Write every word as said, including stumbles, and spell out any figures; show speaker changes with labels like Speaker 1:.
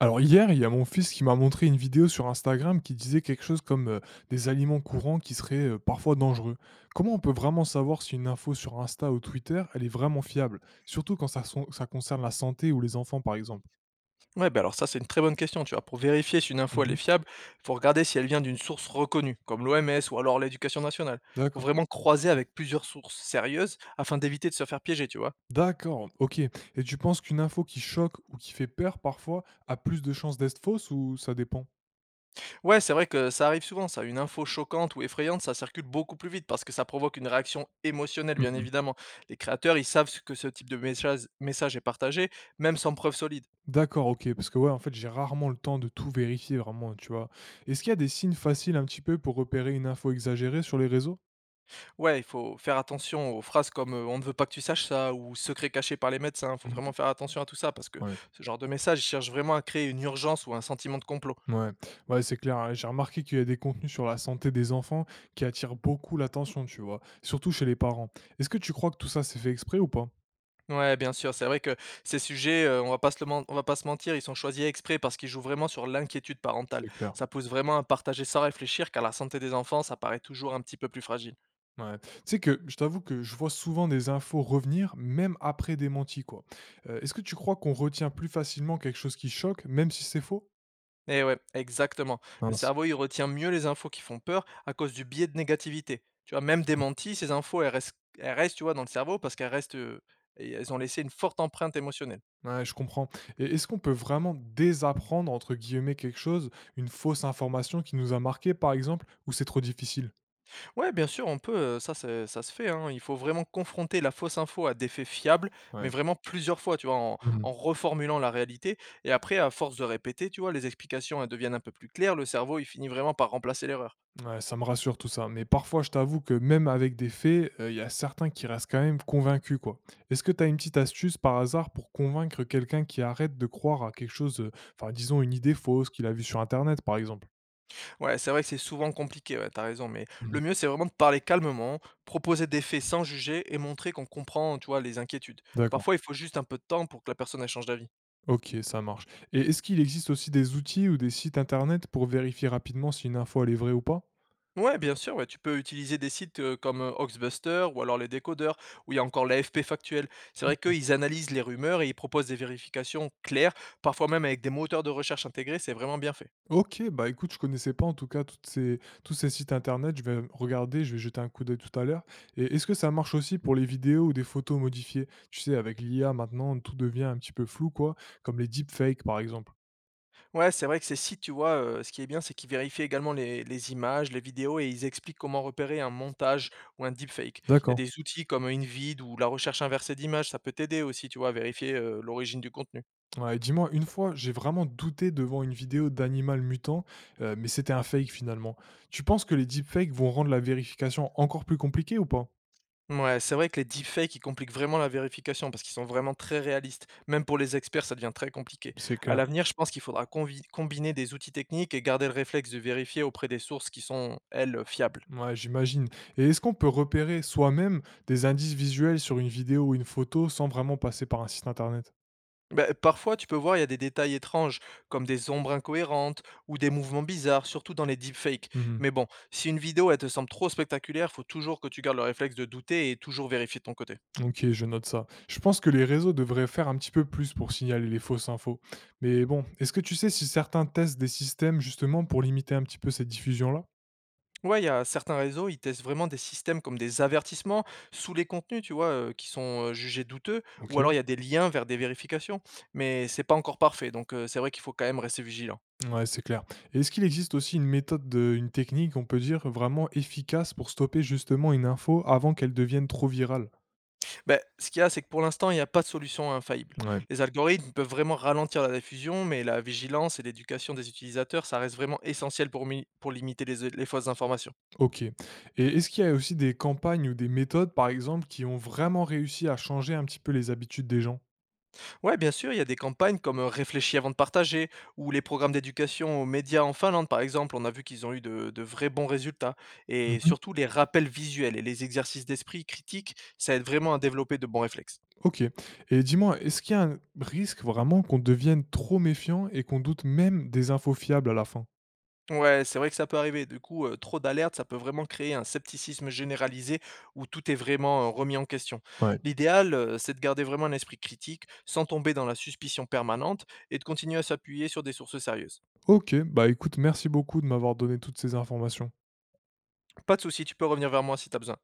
Speaker 1: Alors hier, il y a mon fils qui m'a montré une vidéo sur Instagram qui disait quelque chose comme euh, des aliments courants qui seraient euh, parfois dangereux. Comment on peut vraiment savoir si une info sur Insta ou Twitter, elle est vraiment fiable, surtout quand ça, son- ça concerne la santé ou les enfants par exemple?
Speaker 2: Ouais, bah, alors ça, c'est une très bonne question, tu vois. Pour vérifier si une info elle est
Speaker 1: Mhm.
Speaker 2: fiable, il faut regarder si elle vient d'une source reconnue, comme l'O M S ou alors l'éducation nationale. Faut
Speaker 1: D'accord.
Speaker 2: vraiment croiser avec plusieurs sources sérieuses afin d'éviter de se faire piéger, tu vois.
Speaker 1: D'accord, ok. Et tu penses qu'une info qui choque ou qui fait peur parfois a plus de chances d'être fausse ou ça dépend?
Speaker 2: Ouais, c'est vrai que ça arrive souvent, ça. Une info choquante ou effrayante, ça circule beaucoup plus vite parce que ça provoque une réaction émotionnelle, bien
Speaker 1: Mhm.
Speaker 2: évidemment. Les créateurs, ils savent ce que ce type de message, message est partagé, même sans preuve solide.
Speaker 1: D'accord, ok, parce que ouais, en fait, j'ai rarement le temps de tout vérifier vraiment, tu vois. Est-ce qu'il y a des signes faciles un petit peu pour repérer une info exagérée sur les réseaux?
Speaker 2: Ouais, il faut faire attention aux phrases comme, heu: «On ne veut pas que tu saches ça» ou «Secret caché par les médecins». Il faut
Speaker 1: Mmh
Speaker 2: vraiment
Speaker 1: mh.
Speaker 2: faire attention à tout ça parce que
Speaker 1: Ouais.
Speaker 2: ce genre de message, il cherche vraiment à créer une urgence ou un sentiment de complot.
Speaker 1: Ouais, c'est clair, hein. J'ai remarqué qu'il y a des contenus sur la santé des enfants qui attirent beaucoup l'attention, tu vois? Surtout chez les parents. Est-ce que tu crois que tout ça, s'est fait exprès ou pas?
Speaker 2: Ouais, bien sûr, c'est vrai que ces sujets, heu, on va pas se le men on va pas se mentir, ils sont choisis exprès parce qu'ils jouent vraiment sur l'inquiétude parentale.
Speaker 1: C'est clair.
Speaker 2: Ça pousse vraiment à partager sans réfléchir car la santé des enfants, ça paraît toujours un petit peu plus fragile.
Speaker 1: Ouais. Tu sais que je t'avoue que je vois souvent des infos revenir, même après démenti, quoi. Heu, est-ce que tu crois qu'on retient plus facilement quelque chose qui choque, même si c'est faux?
Speaker 2: Eh ouais, exactement. Le
Speaker 1: Mince.
Speaker 2: cerveau, il retient mieux les infos qui font peur à cause du biais de négativité. Tu vois, même démenties, ces infos, elles restent, elles restent, tu vois, dans le cerveau parce qu'elles restent, euh, et elles ont laissé une forte empreinte émotionnelle.
Speaker 1: Ouais, je comprends. Et est-ce qu'on peut vraiment «désapprendre» entre guillemets quelque chose, une fausse information qui nous a marqué, par exemple, ou c'est trop difficile?
Speaker 2: Ouais, bien sûr, on peut, euh, ça, c'est- ça se fait, hein. Il faut vraiment confronter la fausse info à des faits fiables, mais
Speaker 1: Ouais.
Speaker 2: vraiment plusieurs fois, tu vois, en,
Speaker 1: Mmh.
Speaker 2: en reformulant la réalité. Et après, à force de répéter, tu vois, les explications, elles deviennent un peu plus claires. Le cerveau, il finit vraiment par remplacer l'erreur.
Speaker 1: Ouais, ça me rassure tout ça. Mais parfois, je t'avoue que même avec des faits, euh, il y a certains qui restent quand même convaincus, quoi. Est-ce que tu as une petite astuce par hasard pour convaincre quelqu'un qui arrête de croire à quelque chose, euh, enfin, disons une idée fausse qu'il a vue sur Internet, par exemple?
Speaker 2: Ouais, c'est vrai que c'est souvent compliqué, ouais, tu raison, mais
Speaker 1: Mhm.
Speaker 2: le mieux, c'est vraiment de parler calmement, proposer des faits sans juger et montrer qu'on comprend, tu vois, les inquiétudes.
Speaker 1: D'accord.
Speaker 2: Parfois, il faut juste un peu de temps pour que la personne elle change d'avis.
Speaker 1: Ok, ça marche. Et est-ce qu'il existe aussi des outils ou des sites Internet pour vérifier rapidement si une info, elle est vraie ou pas?
Speaker 2: Ouais, bien sûr, ouais, tu peux utiliser des sites euh, comme euh, Oxbuster ou alors les décodeurs, où il y a encore la l'A F P factuel. C'est vrai
Speaker 1: Ok.
Speaker 2: qu'ils analysent les rumeurs et ils proposent des vérifications claires, parfois même avec des moteurs de recherche intégrés, c'est vraiment bien fait.
Speaker 1: Ok, bah écoute, je connaissais pas en tout cas toutes ces, tous ces sites internet. Je vais regarder, je vais jeter un coup d'œil tout à l'heure. Et est-ce que ça marche aussi pour les vidéos ou des photos modifiées? Tu sais, avec l'I A maintenant, tout devient un petit peu flou, quoi, comme les deepfakes par exemple.
Speaker 2: Ouais, c'est vrai que ces sites, tu vois, heu, ce qui est bien, c'est qu'ils vérifient également les les images, les vidéos et ils expliquent comment repérer un montage ou un deepfake. Il y a
Speaker 1: D'accord.
Speaker 2: des outils comme InVid ou la recherche inversée d'images, ça peut t'aider aussi, tu vois, à vérifier, heu, l'origine du contenu.
Speaker 1: Ouais, dis-moi, une fois, j'ai vraiment douté devant une vidéo d'animal mutant, euh, mais c'était un fake finalement. Tu penses que les deepfakes vont rendre la vérification encore plus compliquée ou pas?
Speaker 2: Ouais, c'est vrai que les deepfakes, ils compliquent vraiment la vérification parce qu'ils sont vraiment très réalistes. Même pour les experts, ça devient très compliqué.
Speaker 1: C'est
Speaker 2: À
Speaker 1: clair.
Speaker 2: l'avenir, je pense qu'il faudra convi combiner des outils techniques et garder le réflexe de vérifier auprès des sources qui sont, elles, fiables.
Speaker 1: Ouais, j'imagine. Et est-ce qu'on peut repérer soi-même des indices visuels sur une vidéo ou une photo sans vraiment passer par un site internet?
Speaker 2: Bah, parfois, tu peux voir, il y a des détails étranges, comme des ombres incohérentes ou des mouvements bizarres, surtout dans les deepfakes.
Speaker 1: Mhm.
Speaker 2: Mais bon, si une vidéo, elle te semble trop spectaculaire, faut toujours que tu gardes le réflexe de douter et toujours vérifier de ton côté.
Speaker 1: Ok, je note ça. Je pense que les réseaux devraient faire un petit peu plus pour signaler les fausses infos. Mais bon, est-ce que tu sais si certains testent des systèmes justement pour limiter un petit peu cette diffusion-là?
Speaker 2: Ouais, il y a certains réseaux, ils testent vraiment des systèmes comme des avertissements sous les contenus, tu vois, euh, qui sont euh, jugés douteux, ou
Speaker 1: Ok.
Speaker 2: alors il y a des liens vers des vérifications. Mais c'est pas encore parfait, donc euh, c'est vrai qu'il faut quand même rester vigilant.
Speaker 1: Ouais, c'est clair. Et est-ce qu'il existe aussi une méthode, de- une technique, on peut dire, vraiment efficace pour stopper justement une info avant qu'elle devienne trop virale?
Speaker 2: Ben, ce qu'il y a, c'est que pour l'instant, il y a pas de solution infaillible.
Speaker 1: Ouais.
Speaker 2: Les algorithmes peuvent vraiment ralentir la diffusion, mais la vigilance et l'éducation des utilisateurs, ça reste vraiment essentiel pour, mi- pour limiter les, les fausses informations.
Speaker 1: OK. Et est-ce qu'il y a aussi des campagnes ou des méthodes, par exemple, qui ont vraiment réussi à changer un petit peu les habitudes des gens?
Speaker 2: Ouais, bien sûr, il y a des campagnes comme euh, Réfléchis avant de partager ou les programmes d'éducation aux médias en Finlande, par exemple. On a vu qu'ils ont eu de, de vrais bons résultats. Et
Speaker 1: Mmh.
Speaker 2: surtout, les rappels visuels et les exercices d'esprit critique, ça aide vraiment à développer de bons réflexes.
Speaker 1: OK. Et dis-moi, est-ce qu'il y a un risque vraiment qu'on devienne trop méfiant et qu'on doute même des infos fiables à la fin?
Speaker 2: Ouais, c'est vrai que ça peut arriver. Du coup, heu, trop d'alertes, ça peut vraiment créer un scepticisme généralisé où tout est vraiment, heu, remis en question.
Speaker 1: Ouais.
Speaker 2: L'idéal, heu, c'est de garder vraiment un esprit critique, sans tomber dans la suspicion permanente et de continuer à s'appuyer sur des sources sérieuses.
Speaker 1: OK, bah écoute, merci beaucoup de m'avoir donné toutes ces informations.
Speaker 2: Pas de souci, tu peux revenir vers moi si t'as besoin.